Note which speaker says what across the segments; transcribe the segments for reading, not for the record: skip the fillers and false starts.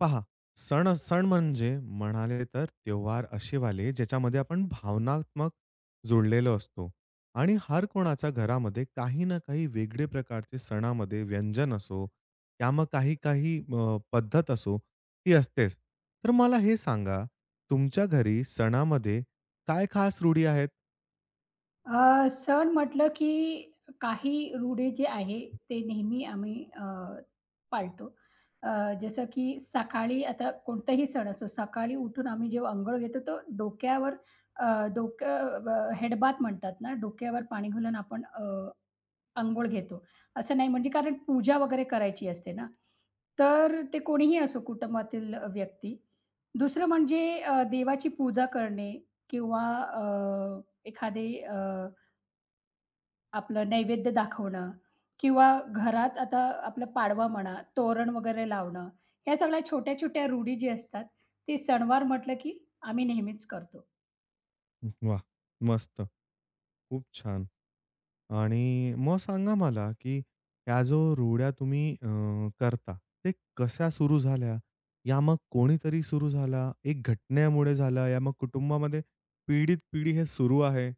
Speaker 1: पहा, सण सण म्हणजे म्हणाले तर त्योहार असेवाले ज्याच्यामध्ये आपण भावनात्मक जोडलेलो असतो आणि हर कोणाच्या घरामध्ये काही ना काही वेगळे प्रकारचे सणामध्ये व्यंजन असो, या मग काही-काही पद्धत असो, ती असतेच. तर मला हे सांगा, तुमच्या घरी सणामध्ये काय खास रूढी आहेत?
Speaker 2: सण म्हटलं की काही रूढी जे आहे ते नेहमी आम्ही पाळतो. अ, जसं की सकाळी आता कोणताही सण असो, सकाळी उठून आम्ही जेव्हा अंघोळ घेतो, तर डोक्यावर अ, डोकं अ, म्हणतात ना, डोक्यावर पाणी घालून आपण अंघोळ घेतो. असं नाही म्हणजे कारण पूजा वगैरे करायची असते ना, तर ते कोणीही असो कुटुंबातील व्यक्ती. दुसरं म्हणजे देवाची पूजा करणे किंवा एखादे आपलं नैवेद्य दाखवणं किंवा घरात आता आपला पाडवा म्हणा, तोरण वगैरे लावणं, ह्या सगळ्या छोट्या-छोट्या रूढी जी असतात, ती सणवार म्हटलं की आम्ही नेहमीच करतो.
Speaker 1: वाह! मस्त. खूप छान. आणि मग सांगा मला, की ह्या जो रूढ्या तुम्ही करता, ते कशा सुरू झाल्या? या मग कोणीतरी सुरू झाला, एक घटनेमुळे झाला, या मग कुटुंबामध्ये पिढीत-पिढी हे सुरू आहे.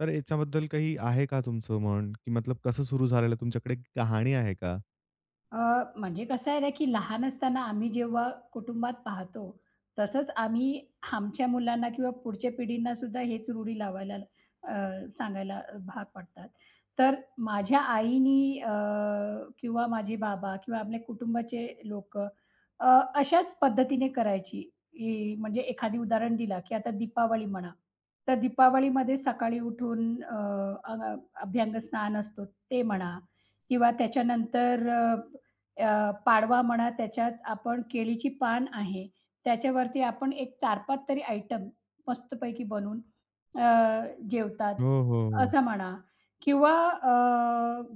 Speaker 1: तर याच्याबद्दल काही आहे का तुमचं म्हण? की मतलब कसं सुरू झालेलं? तुमच्याकडे कहाणी आहे का?
Speaker 2: अ, म्हणजे कसं आहे ना, की लहान असताना आम्ही जेव्हा कुटुंबात पाहतो, तसंच आम्ही आमच्या मुलांना किंवा पुढच्या पिढींना सुद्धा हेच रूढी लावायला अ, सांगायला भाग पडतात. तर माझ्या आईनी किंवा माझे बाबा किंवा आपल्या कुटुंबाचे लोक अशाच पद्धतीने करायची, की म्हणजे एखादी उदाहरण दिला, की आता दीपावली म्हणा, तर दीपावलीमध्ये सकाळी उठून अ, अ, अभ्यंगस्नान असतो ते म्हणा किंवा त्याच्यानंतर अ अ, पाडवा म्हणा त्याच्यात आपण केळीची पान आहे, त्याच्यावरती आपण एक 4-5 तरी आयटम मस्तपैकी बनवून जेवतात,
Speaker 1: हो, हो, हो.
Speaker 2: असं म्हणा किंवा अ,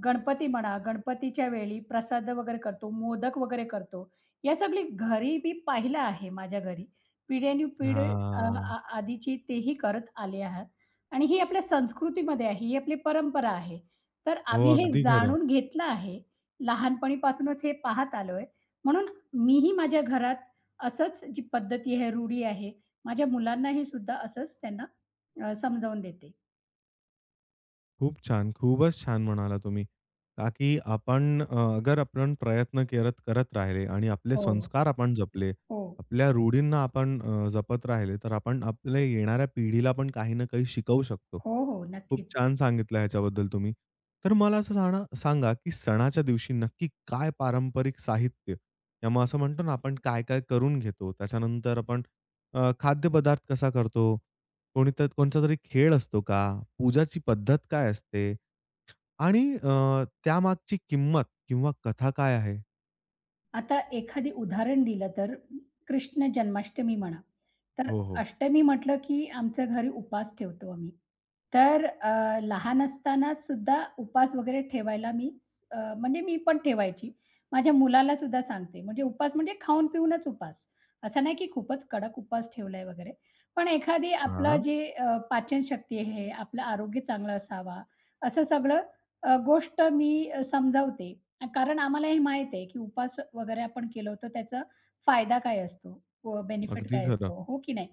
Speaker 2: गणपती म्हणा, गणपतीच्या वेळी प्रसाद वगैरे करतो, मोदक वगैरे करतो. या सगळी घरी मी पाहिलं आहे माझ्या घरी. पिढ्यानुपिढ अ,
Speaker 1: हां.
Speaker 2: आ आधीची तेही करत आले आहात आणि ही आपल्या संस्कृतीमध्ये आहे, ही आपली परंपरा आहे. तर
Speaker 1: हो,
Speaker 2: आम्ही हे
Speaker 1: अगदी खरं.
Speaker 2: जाणून घेतलं आहे. लहानपणीपासूनच हे पाहत आलोय. म्हणून मीही माझ्या घरात असंच जी पद्धती आहे, रूढी आहे, माझ्या मुलांनाही सुद्धा असंच त्यांना समजावून देते.
Speaker 1: खूप छान. खूपच छान म्हणाला तुम्ही. का की आपण अगर आपण प्रयत्न करत करत राहिले आणि आपले
Speaker 2: हो,
Speaker 1: संस्कार आपण जपले,
Speaker 2: हो.
Speaker 1: आपल्या रूढींना आपण जपत राहिले, तर आपण आपल्या येणाऱ्या पिढीला पण काही ना काही शिकवू शकतो.
Speaker 2: हो, हो.
Speaker 1: खूप
Speaker 2: नक्कीच.
Speaker 1: छान सांगितलं ह्याच्याबद्दल तुम्ही. तर मला असं सांगा सांगा, की सणाच्या दिवशी नक्की काय पारंपरिक साहित्य किंवा मग असं म्हणतो ना आपण काय-काय करून घेतो? त्याच्यानंतर आपण खाद्यपदार्थ कसा करतो? कोणी तर कोणचा तरी खेळ असतो का? पूजाची पद्धत काय असते? आणि त्यामागची किंमत किंवा कथा काय आहे?
Speaker 2: आता एखादी उदाहरण दिलं तर कृष्ण जन्माष्टमी म्हणा. तर
Speaker 1: हो, हो.
Speaker 2: अष्टमी म्हटलं की आमच्या घरी उपास ठेवतो आम्ही. तर लहान असतानाच सुद्धा उपास वगैरे ठेवायला मी म्हणजे मी पण ठेवायची. माझ्या मुलाला सुद्धा सांगते. म्हणजे उपास म्हणजे खाऊन पिऊनच उपास. असं नाही की खूपच कडक उपास ठेवलाय वगैरे. पण एखादी आपलं
Speaker 1: हां,
Speaker 2: जे पाचनशक्ती आहे, आपलं आरोग्य चांगलं असावा, असं सगळं गोष्ट मी समजावते. कारण आम्हाला हे माहीत आहे, की उपवास वगैरे आपण केलो तर त्याचा फायदा काय असतो? व बेनिफिट
Speaker 1: अगदी
Speaker 2: काय
Speaker 1: खरं.
Speaker 2: असतो? हो की नाही?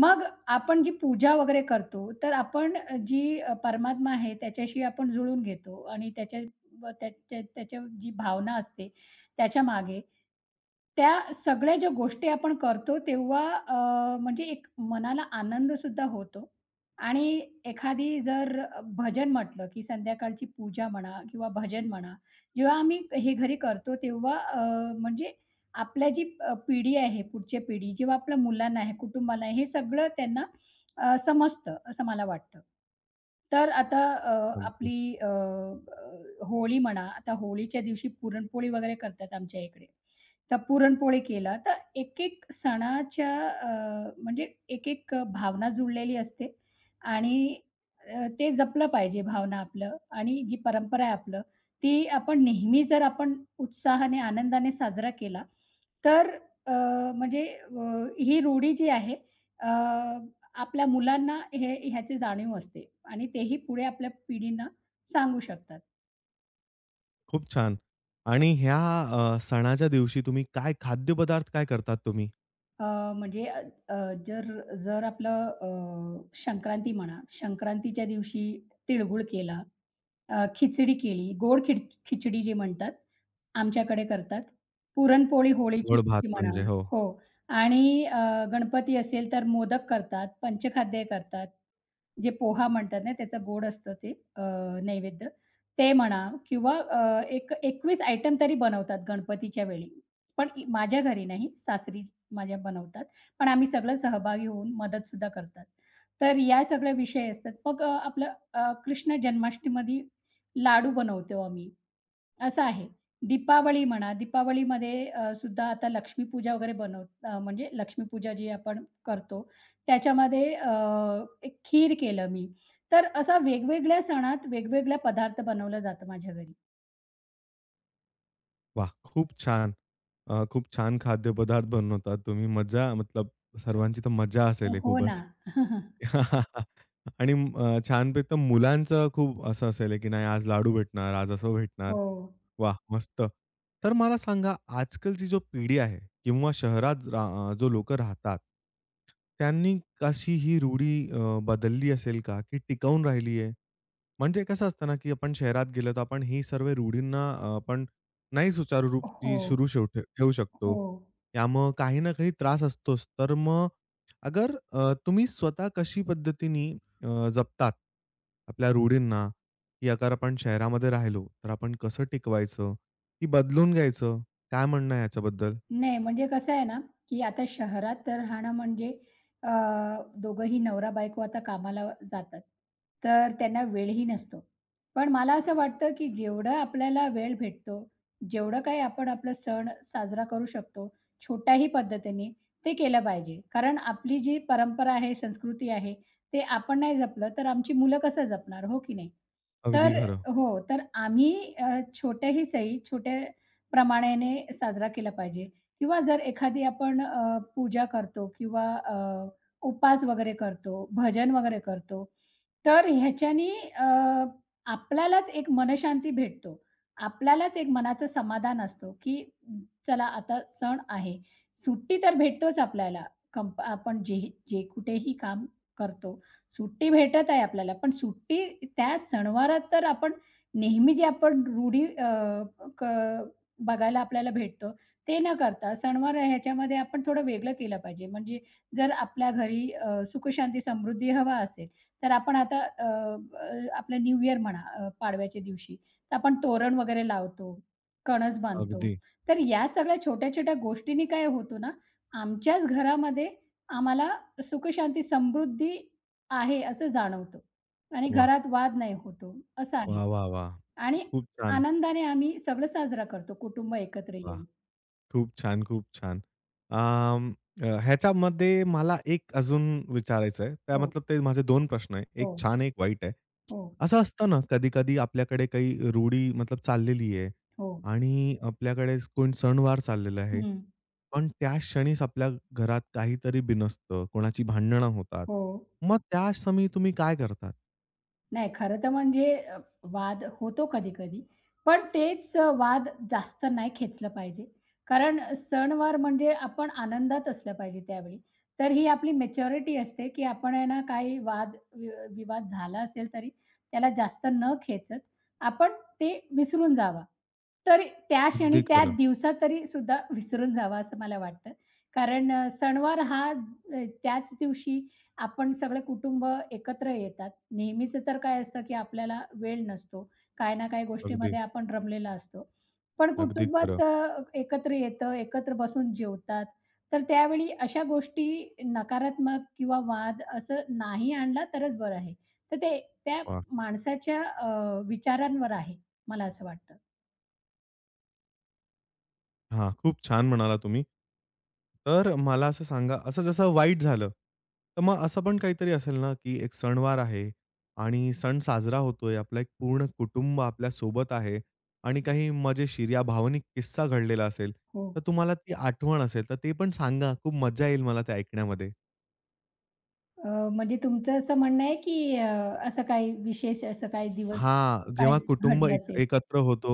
Speaker 2: मग आपण जी पूजा वगैरे करतो, तर आपण जी परमात्मा आहे त्याच्याशी आपण जुळून घेतो आणि त्याच्या व त्या त्या त्याच्या जी भावना असते त्याच्यामागे, त्या सगळ्या ज्या गोष्टी आपण करतो तेव्हा म्हणजे एक मनाला आनंद सुद्धा होतो आणि एखादी जर भजन म्हटलं, की संध्याकाळची पूजा म्हणा किंवा भजन म्हणा, जेव्हा आम्ही हे घरी करतो तेव्हा म्हणजे आपल्या जी पिढी आहे, पुढची पिढी जेव्हा आपल्या मुलांना आहे, कुटुंबाला आहे, हे सगळं त्यांना समजतं, असं मला वाटतं. तर आता
Speaker 1: अगदी.
Speaker 2: आपली अ, अ, होळी म्हणा, आता होळीच्या दिवशी पुरणपोळी वगैरे करतात आमच्या इकडे. तर पुरणपोळी केला, तर एक-एक सणाच्या म्हणजे एक-एक भावना जुळलेली असते आणि ते जपलं पाहिजे भावना आपलं आणि जी परंपरा आहे आपलं, ती आपण नेहमी जर आपण उत्साहाने, आनंदाने साजरा केला, तर अ, म्हणजे ही रूढी जी आहे अ, आपल्या मुलांना हे ह्याची जाणीव असते आणि तेही पुढे आपल्या पिढींना सांगू शकतात.
Speaker 1: खूप छान. आणि ह्या सणाच्या दिवशी तुम्ही काय खाद्यपदार्थ काय करतात तुम्ही?
Speaker 2: अ, म्हणजे अ, अ, जर जर आपलं संक्रांती म्हणा, संक्रांतीच्या दिवशी तिळगुळ केला, खिचडी केली, गोड खिचडी जी म्हणतात, आमच्याकडे करतात. पुरणपोळी होळीच्या
Speaker 1: गोड भात
Speaker 2: दिवशी म्हणा.
Speaker 1: म्हणजे? हो.
Speaker 2: हो. आणि गणपती असेल तर मोदक करतात, पंचखाद्य करतात. जे पोहा म्हणतात ना, त्याचं गोड असतं ते नैवेद्य. ते म्हणा किंवा एक 21 आयटम तरी बनवतात गणपतीच्या वेळी. पण माझ्या घरी नाही, सासरी माझ्या बनवतात. पण आम्ही सगळं सहभागी होऊन मदतसुद्धा करतात. तर या सगळे विषय असतात. मग आपलं कृष्ण जन्माष्टमीमध्ये लाडू बनवतो आम्ही, असं आहे. दीपावली म्हणा, दीपावलीमध्ये सुद्धा आता लक्ष्मीपूजा वगैरे म्हणजे लक्ष्मीपूजा जी आपण करतो, त्याच्यामध्ये एक खीर केलं मी. तर असा वेगवेगळ्या सणात वेगवेगळ्या पदार्थ बनवलं जातं माझ्या घरी.
Speaker 1: वाह! खूप छान. खूप छान खाद्यपदार्थ बनवतात तुम्ही. मजा मतलब सर्वांची तर मजा असेल हे
Speaker 2: हो ना.
Speaker 1: खूपच. आणि छानपैकी तर मुलांचं खूप असं असेल की नाही आज लाडू भेटणार, आज असं भेटणार.
Speaker 2: हो.
Speaker 1: वाह! मस्त. तर मला सांगा आजकालची जो पिढी आहे किंवा जो लोकं राहतात, त्यांनी कशी ही रूढी बदलली असेल का की टिकवून राहिली आहे? म्हणजे कसं असतं ना, की आपण शहरात गेलो तर आपण ही सर्व रूढींना आपण नाही सुचारू रूप
Speaker 2: हो.
Speaker 1: ती सुरू ठेवू शकतो.
Speaker 2: हो.
Speaker 1: त्यामुळं काही ना काही त्रास असतोच. तर मग अगर तुम्ही स्वतः कशी पद्धतीने जपतात आपल्या रूढींना, की अगर आपण शहरामध्ये राहिलो, तर आपण कसं टिकवायचं? की बदलून घ्यायचं? काय म्हणणं आहे याच्याबद्दल?
Speaker 2: नाही, म्हणजे कसं आहे ना, की आता शहरात तर राहणं म्हणजे अ, दोघंही नवरा-बायको आता कामाला जातात. तर त्यांना वेळही नसतो. पण मला असं वाटतं, की जेवढं आपल्याला वेळ भेटतो, जेवढं काही आपण आपला सण साजरा करू शकतो, छोट्याही पद्धतीने, ते केलं पाहिजे. कारण आपली जी परंपरा आहे, संस्कृती आहे, ते आपण नाही जपलं, तर आमची मुलं कसं जपणार, हो की नाही?
Speaker 1: अगदी
Speaker 2: तर
Speaker 1: खरं.
Speaker 2: हो, तर आम्ही छोट्याही सही, छोट्या प्रमाणाने साजरा केला पाहिजे. किंवा जर एखादी आपण पूजा करतो किंवा उपवास वगैरे करतो, भजन वगैरे करतो, तर ह्याच्यानी आपल्यालाच एक मनःशांती भेटतो. आपल्यालाच एक मनाचं समाधान असतो, की चला आता सण आहे. सुट्टी तर भेटतोच आपल्याला. आपण जे जे कुठेही काम करतो, सुट्टी भेटत आहे आपल्याला. पण सुट्टी त्या सणवारात तर आपण नेहमी जे आपण रूढी अ, क बघायला आपल्याला भेटतो, ते न करता सणवार ह्याच्यामध्ये आपण थोडं वेगळं केलं पाहिजे. म्हणजे जर आपल्या घरी सुखशांती, समृद्धी हवा असेल, तर आपण आता अ, अ, आपलं न्यू इयर म्हणा पाडव्याच्या दिवशी, तर आपण तोरण वगैरे लावतो, कणस बांधतो.
Speaker 1: अगदी.
Speaker 2: तर या सगळ्या छोट्या-छोट्या गोष्टींनी काय होतो ना, आमच्याच घरामध्ये आम्हाला सुखशांती, समृद्धी आहे असं जाणवतं आणि
Speaker 1: वाह!
Speaker 2: घरात वाद नाही होतो, असं आहे.
Speaker 1: वाह, वाह, वाह!
Speaker 2: आणि
Speaker 1: खूप छान.
Speaker 2: आनंदाने आम्ही सगळं साजरा करतो कुटुंब एकत्र
Speaker 1: वाह!
Speaker 2: येऊन.
Speaker 1: खूप छान, खूप छान. अं, ह्याच्यामध्ये मला एक अजून विचारायचं आहे. त्या
Speaker 2: हो.
Speaker 1: मतलब ते माझे दोन प्रश्न आहे. एक
Speaker 2: हो,
Speaker 1: छान, एक वाईट आहे.
Speaker 2: हो,
Speaker 1: असं असतं ना, कधी-कधी आपल्याकडे काही रूढी मतलब चाललेली आहे
Speaker 2: हो.
Speaker 1: आणि आपल्याकडे कोण सणवार चाललेला आहे.
Speaker 2: हं.
Speaker 1: पण त्या क्षणीच आपल्या घरात काहीतरी बिनसतं, कोणाची भांडणं होतात.
Speaker 2: हो.
Speaker 1: मग त्या क्षणी तुम्ही काय करतात?
Speaker 2: नाही, खरं तर म्हणजे वाद होतो कधी-कधी. पण तेच वाद जास्त नाही खेचलं पाहिजे. कारण सणवार म्हणजे आपण आनंदात असलं पाहिजे त्यावेळी. तर ही आपली मॅच्युरिटी असते, की आपण आहे ना काही वाद विवाद झाला असेल तरी त्याला जास्त न खेचत आपण ते विसरून जावा. तरी त्या क्षणी,
Speaker 1: अगदी
Speaker 2: त्या
Speaker 1: खरं.
Speaker 2: दिवसात तरी सुद्धा विसरून जावा असं मला वाटतं. कारण सणवार हा त्याच दिवशी आपण सगळे कुटुंब एकत्र येतात. नेहमीच तर काय असतं, की आपल्याला वेळ नसतो. काय ना काही
Speaker 1: अगदी,
Speaker 2: गोष्टीमध्ये आपण रमलेला असतो. पण
Speaker 1: अगदी
Speaker 2: कुटुंबात
Speaker 1: खरं.
Speaker 2: एकत्र येतं, एकत्र बसून जेवतात. तर त्यावेळी अशा गोष्टी नकारात्मक किंवा वाद असं नाही आणला तरच बरं आहे. तर ते त्या
Speaker 1: वाह!
Speaker 2: माणसाच्या विचारांवर आहे, मला असं वाटतं.
Speaker 1: हां, खूप छान म्हणाला तुम्ही. तर मला असं सांगा, असं जसं वाईट झालं, तर मग असं पण काहीतरी असेल ना, की एक सणवार आहे आणि सण साजरा होतोय. आपलं एक पूर्ण कुटुंब आपल्या सोबत आहे आणि काही मजेशीर या भावनिक किस्सा घडलेला असेल,
Speaker 2: हो.
Speaker 1: तर तुम्हाला ती आठवण असेल, तर ते पण सांगा. खूप मजा येईल मला ते ऐकण्यामध्ये.
Speaker 2: म्हणजे तुमचं असं म्हणणं आहे, की असं काही विशेष असं काही दिवस
Speaker 1: हां,
Speaker 2: काय
Speaker 1: जेव्हा कुटुंब
Speaker 2: घडलं
Speaker 1: एक
Speaker 2: असेल?
Speaker 1: एकत्र होतो,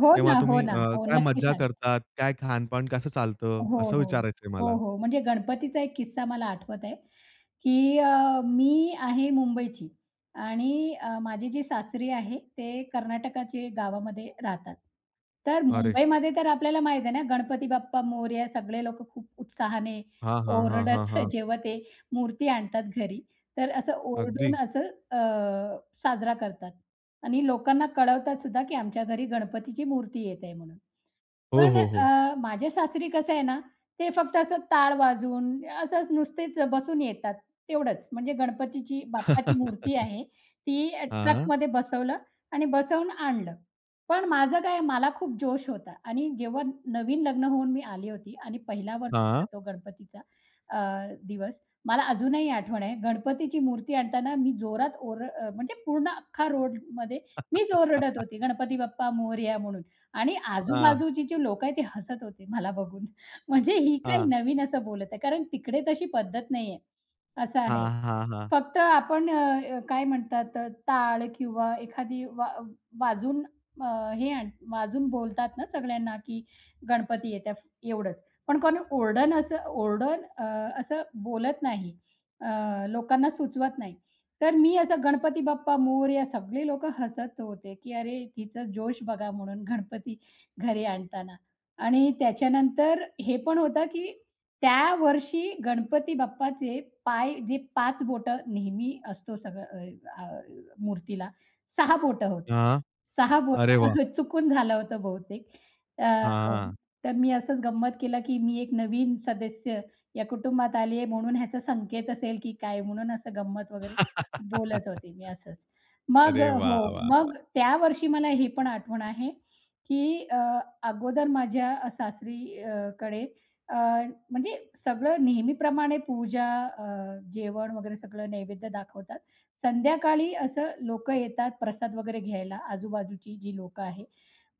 Speaker 2: हो
Speaker 1: तेव्हा
Speaker 2: ना, हो
Speaker 1: तुम्ही
Speaker 2: ना. हो,
Speaker 1: काय
Speaker 2: नक्की
Speaker 1: मज्जा
Speaker 2: सांगा.
Speaker 1: करतात? काय खानपान कसं चालतं?
Speaker 2: हो,
Speaker 1: असं
Speaker 2: हो.
Speaker 1: विचारायचंय
Speaker 2: हो,
Speaker 1: मला.
Speaker 2: हो. म्हणजे गणपतीचा एक किस्सा मला आठवत आहे, की मी आहे मुंबईची आणि माझी जी सासरी आहे ते कर्नाटकाचे गावामध्ये राहतात. तर
Speaker 1: अरे!
Speaker 2: मुंबईमध्ये तर आपल्याला माहीत आहे ना, गणपती बाप्पा मोरया सगळे लोकं खूप उत्साहाने
Speaker 1: हां, हां, हां,
Speaker 2: ओरडत
Speaker 1: हां, हां.
Speaker 2: जेव्हा ते मूर्ती आणतात घरी, तर असं
Speaker 1: अगदी.
Speaker 2: ओरडून असं अ, साजरा करतात आणि लोकांना कळवतात सुद्धा, की आमच्या घरी गणपतीची मूर्ती येत आहे म्हणून.
Speaker 1: हो,
Speaker 2: पण
Speaker 1: हो, हो.
Speaker 2: माझ्या सासरी कसं आहे ना, ते फक्त असं टाळ वाजवून असंच नुसतेच बसून येतात तेवढंच. म्हणजे गणपतीची बाप्पाची मूर्ती आहे, ती
Speaker 1: हां,
Speaker 2: ट्रकमध्ये बसवलं आणि बसवून आणलं. पण माझं काय मला खूप जोश होता आणि जेव्हा नवीन लग्न होऊन मी आली होती आणि पहिला वर्ष होता
Speaker 1: हां,
Speaker 2: तो गणपतीचा दिवस. मला अजूनही आठवण आहे गणपतीची मूर्ती आणताना मी जोरात म्हणजे पूर्ण अख्खा रोडमध्ये मीच ओरडत होती, "गणपती बाप्पा मोरया" म्हणून. आणि
Speaker 1: हां,
Speaker 2: आजूबाजूची जी लोकं आहेत, ते हसत होते मला बघून. म्हणजे ही काय
Speaker 1: हां,
Speaker 2: नवीन असं बोलत आहे. कारण तिकडे तशी पद्धत नाहीये, असं आहे.
Speaker 1: हां, हां, हां,
Speaker 2: फक्त आपण काय म्हणतात टाळ किंवा एखादी वाजून अ, हे आण वाजून बोलतात ना सगळ्यांना, की गणपती येत्या एवढंच. पण कोणी असं ओरडून असं बोलत नाही. अ, लोकांना सुचवत नाही. तर मी असं गणपती बाप्पा मोरया सगळे लोकं हसत होते, की "अरे हिचा जोश बघा" म्हणून गणपती घरी आणताना. आणि त्याच्यानंतर हे पण होतं, की त्या वर्षी गणपती बाप्पाचे पाय जे 5 बोटं नेहमी असतो सगळं मूर्तीला 6 बोटं होत.
Speaker 1: हां.
Speaker 2: 6 बोटं
Speaker 1: अरे वाह!
Speaker 2: चुकून झालं होतं बहुतेक. अ,
Speaker 1: हां.
Speaker 2: तर मी असंच गंमत केलं, की मी एक नवीन सदस्य या कुटुंबात आली आहे म्हणून ह्याचा संकेत असेल, की काय म्हणून असं गंमत वगैरे बोलत होते मी असंच. मग
Speaker 1: अरे
Speaker 2: हो,
Speaker 1: वाह, वाह, वाह!
Speaker 2: मग त्या वर्षी मला हे पण आठवण आहे, की अगोदर माझ्या सासरी कडे अ, म्हणजे सगळं नेहमीप्रमाणे पूजा, अ, जेवण वगैरे सगळं नैवेद्य दाखवतात. संध्याकाळी असं लोकं येतात प्रसाद वगैरे घ्यायला, आजूबाजूची जी लोकं आहे.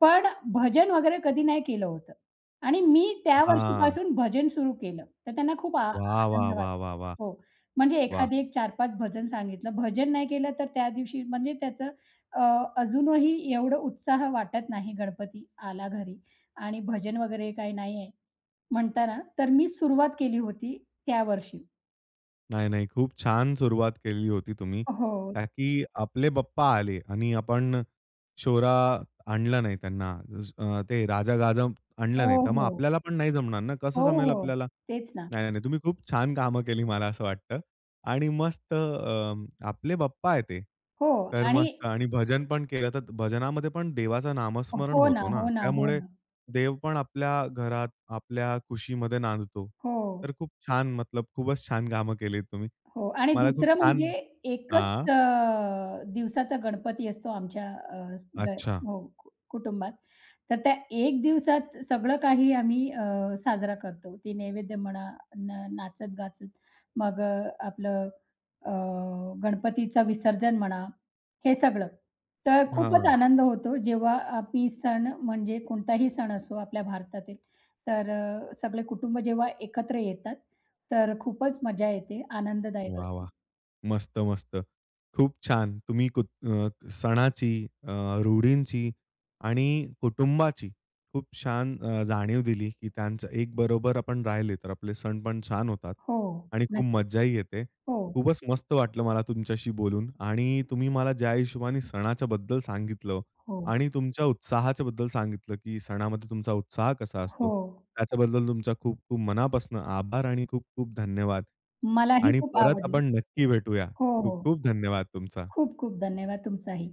Speaker 2: पण भजन वगैरे कधी नाही केलं होतं आणि मी त्या
Speaker 1: हां.
Speaker 2: वर्षीपासून भजन सुरू केलं. तर त्यांना खूप आ
Speaker 1: वाह, वाह,
Speaker 2: आनंद
Speaker 1: वाह,
Speaker 2: वाटला.
Speaker 1: वाह, वाह,
Speaker 2: हो. म्हणजे
Speaker 1: वाह!
Speaker 2: एखादी एक 4-5 भजन सांगितलं. भजन नाही केलं तर त्या दिवशी म्हणजे त्याचं अ, अजूनही एवढं उत्साह वाटत नाही गणपती आला घरी आणि भजन वगैरे काही नाहीये. म्हणता ना, तर मी सुरुवात केली होती त्या वर्षी.
Speaker 1: नाही, नाही. खूप छान सुरुवात केली होती तुम्ही.
Speaker 2: हो.
Speaker 1: का की आपले पप्पा आले आणि आपण शोरा आणला नाही त्यांना. ते राजा गाजा आणलं
Speaker 2: हो,
Speaker 1: नाही. तर मग
Speaker 2: हो.
Speaker 1: आपल्याला पण नाही जमणार ना.
Speaker 2: हो,
Speaker 1: कसं जमेल
Speaker 2: हो.
Speaker 1: आपल्याला?
Speaker 2: तेच ना.
Speaker 1: नाही, नाही. तुम्ही खूप छान कामं केली मला असं वाटतं. आणि मस्त आपले पप्पा आहे ते.
Speaker 2: हो
Speaker 1: तर
Speaker 2: आणि
Speaker 1: मस्त आणि भजन पण केलं. तर भजनामध्ये पण देवाचं नामस्मरण
Speaker 2: हो ना,
Speaker 1: होतो ना.
Speaker 2: हो ना, हो
Speaker 1: त्यामुळे
Speaker 2: ना.
Speaker 1: देव पण आपल्या घरात, आपल्या खुशीमध्ये नांदतो.
Speaker 2: हो.
Speaker 1: तर खूप छान मतलब खूपच छान कामं केलीत तुम्ही.
Speaker 2: हो आणि
Speaker 1: मला खूप
Speaker 2: दुसरं
Speaker 1: छान
Speaker 2: म्हणजे एकच
Speaker 1: हां,
Speaker 2: दिवसाचा गणपती असतो आमच्या अ, ग
Speaker 1: अच्छा.
Speaker 2: हो, कुटुंबात. तर त्या एक दिवसात सगळं काही आम्ही साजरा करतो. ती नैवेद्य म्हणा, नाचत-गाचत मग आपलं अ, गणपतीचं विसर्जन म्हणा, हे सगळं. तर खूपच
Speaker 1: हां.
Speaker 2: आनंद होतो जेव्हा आम्ही सण म्हणजे कोणताही सण असो आपल्या भारतातील, तर सगळे कुटुंब जेव्हा एकत्र येतात तर खूपच मजा येते, आनंददायक
Speaker 1: वाह!
Speaker 2: असतो.
Speaker 1: वाह! मस्त, मस्त. खूप छान. सणाची, अ, रूढींची आणि कुटुंबाची खूप छान जाणीव दिली, की त्यांचं एक बरोबर आपण राहिले, तर आपले सण पण छान होतात
Speaker 2: हो,
Speaker 1: आणि खूप
Speaker 2: नक्कीच.
Speaker 1: मज्जाही येते.
Speaker 2: हो,
Speaker 1: खूपच मस्त वाटलं मला तुमच्याशी बोलून आणि तुम्ही मला ज्या हिशोबाने सणाच्याबद्दल सांगितलं
Speaker 2: हो,
Speaker 1: आणि तुमच्या उत्साहाच्या बद्दल सांगितलं, की सणामध्ये तुमचा उत्साह कसा
Speaker 2: हो.
Speaker 1: असतो. त्याच्याबद्दल तुमचा खूप-खूप मनापासून आभार आणि खूप-खूप धन्यवाद.
Speaker 2: मलाही
Speaker 1: आणि
Speaker 2: खूप
Speaker 1: परत
Speaker 2: आवडलं.
Speaker 1: आपण नक्की भेटूया.
Speaker 2: हो, हो.
Speaker 1: खूप-खूप धन्यवाद तुमचा.
Speaker 2: खूप खूप धन्यवाद तुमचाही.